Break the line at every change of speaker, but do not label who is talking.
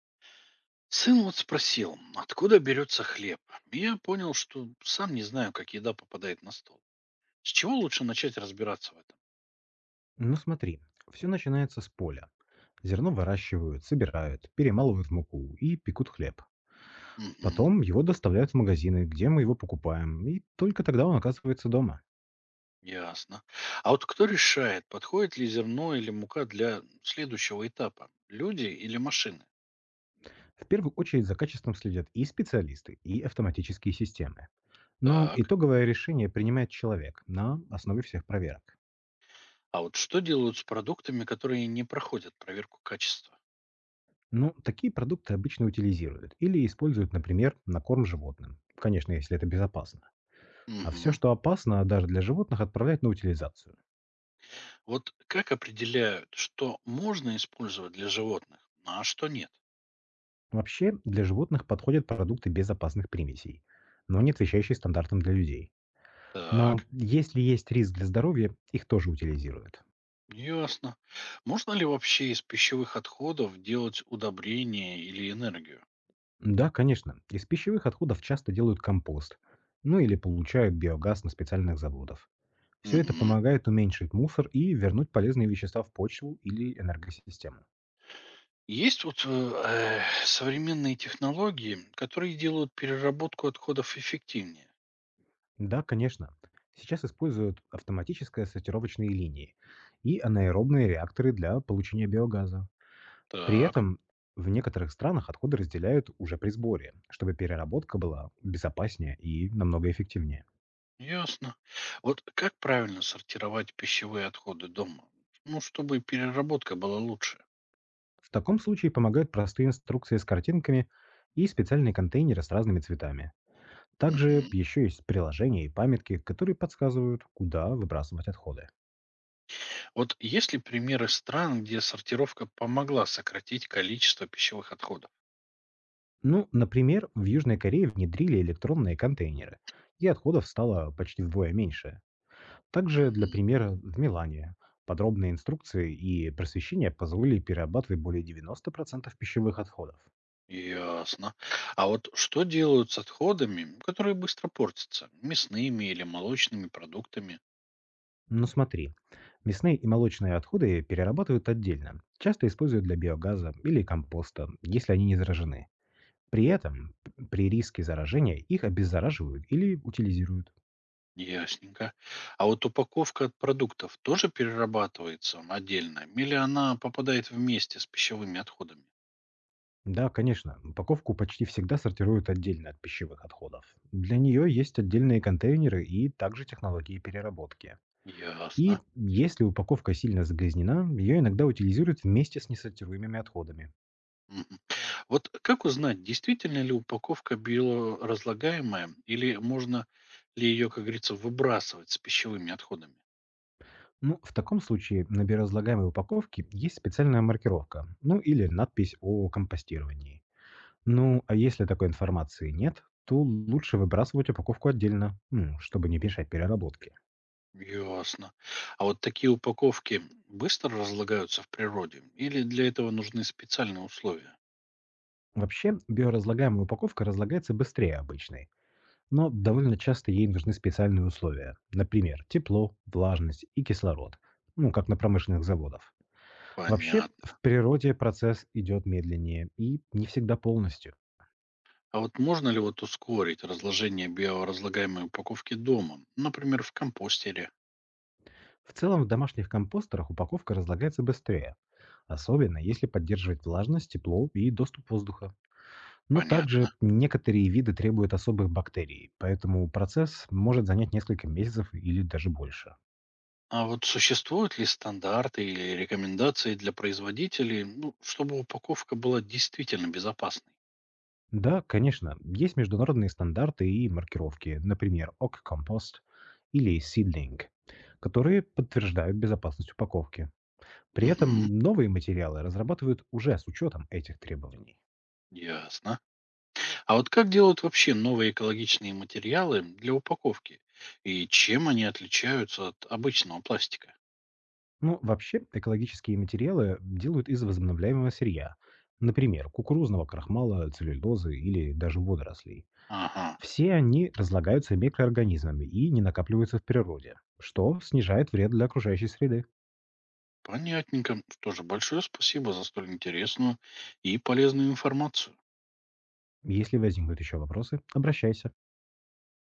Сын вот спросил, откуда берется хлеб. И я понял, что сам не знаю, как еда попадает на стол. С чего лучше начать разбираться в этом?
Ну смотри, все начинается с поля. Зерно выращивают, собирают, перемалывают в муку и пекут хлеб.
Угу,
Потом его доставляют в магазины, где мы его покупаем, и только тогда он оказывается дома.
ясно. А вот кто решает, подходит ли зерно или мука для следующего этапа? Люди или машины?
В первую очередь за качеством следят и специалисты, и автоматические системы. Но
Так.
итоговое решение принимает человек на основе всех проверок.
А вот что делают с продуктами, которые не проходят проверку качества?
Но такие продукты обычно утилизируют или используют, например, на корм животным. Конечно, если это безопасно. А все,
Угу.
что опасно, даже для животных, отправляют на утилизацию.
Вот как определяют, что можно использовать для животных, а что нет?
Вообще, для животных подходят продукты без опасных примесей, но не отвечающие стандартам для людей. Но
Так.
если есть риск для здоровья, их тоже утилизируют.
Ясно. Можно ли вообще из пищевых отходов делать удобрения или энергию?
Да, конечно, из пищевых отходов часто делают компост, ну или получают биогаз на специальных заводах. Все это
Мгм.
помогает уменьшить мусор и вернуть полезные вещества в почву или энергосистему.
Есть вот современные технологии, которые делают переработку отходов эффективнее.
Да, конечно. Сейчас используют автоматическое сортировочные линии и анаэробные реакторы для получения биогаза. При
Так,
этом в некоторых странах отходы разделяют уже при сборе, чтобы переработка была безопаснее и намного эффективнее.
ясно. Вот как правильно сортировать пищевые отходы дома? Ну, чтобы переработка была лучше.
В таком случае помогают простые инструкции с картинками и специальные контейнеры с разными цветами. Также
Мгм.
еще есть приложения и памятки, которые подсказывают, куда выбрасывать отходы.
Вот есть ли примеры стран, где сортировка помогла сократить количество пищевых отходов?
Ну, например, в Южной Корее внедрили электронные контейнеры, и отходов стало почти вдвое меньше. Также, для
Мгм.
примера, в Милане подробные инструкции и просвещение позволили перерабатывать более 90% пищевых отходов.
Ясно. А вот что делают с отходами, которые быстро портятся? Мясными или молочными продуктами?
Но смотри, мясные и молочные отходы перерабатывают отдельно, часто используют для биогаза или компоста, если они не заражены. При этом, при риске заражения, их обеззараживают или утилизируют.
Ясненько. А вот упаковка от продуктов тоже перерабатывается отдельно? Или она попадает вместе с пищевыми отходами?
Да, конечно, упаковку почти всегда сортируют отдельно от пищевых отходов. Для нее есть отдельные контейнеры и также технологии переработки. И
Ясно.
если упаковка сильно загрязнена, ее иногда утилизируют вместе с несортируемыми отходами.
Мгм. Вот как узнать, действительно ли упаковка биоразлагаемая или можно ли ее, как говорится, выбрасывать с пищевыми отходами?
Ну, в таком случае на биоразлагаемой упаковке есть специальная маркировка, ну или надпись о компостировании. Ну, а если такой информации нет, то лучше выбрасывать упаковку отдельно, ну, чтобы не мешать переработке.
Ясно. А вот такие упаковки быстро разлагаются в природе или для этого нужны специальные условия?
Вообще, биоразлагаемая упаковка разлагается быстрее обычной, но довольно часто ей нужны специальные условия, например, тепло, влажность и кислород, ну, как на промышленных заводах. Вообще, в
Понятно.
природе процесс идет медленнее и не всегда полностью.
А вот можно ли ускорить разложение биоразлагаемой упаковки дома, например, в компостере?
В целом, в домашних компостерах упаковка разлагается быстрее, особенно если поддерживать влажность, тепло и доступ воздуха. Но также
Понятно.
некоторые виды требуют особых бактерий, поэтому процесс может занять несколько месяцев или даже больше.
А вот существуют ли стандарты или рекомендации для производителей, ну, чтобы упаковка была действительно безопасной?
Да, конечно, есть международные стандарты и маркировки, например, OC Compost или Seedling, которые подтверждают безопасность упаковки. При
Угу,
этом новые материалы разрабатывают уже с учетом этих требований.
ясно. А вот как делают вообще новые экологичные материалы для упаковки? И чем они отличаются от обычного пластика?
Ну, вообще, экологические материалы делают из возобновляемого сырья, например, кукурузного крахмала, целлюлозы или даже водорослей.
Ага,
Все они разлагаются микроорганизмами и не накапливаются в природе, что снижает вред для окружающей среды.
понятненько. Что же, большое спасибо за столь интересную и полезную информацию.
Если возникнут еще вопросы, обращайся.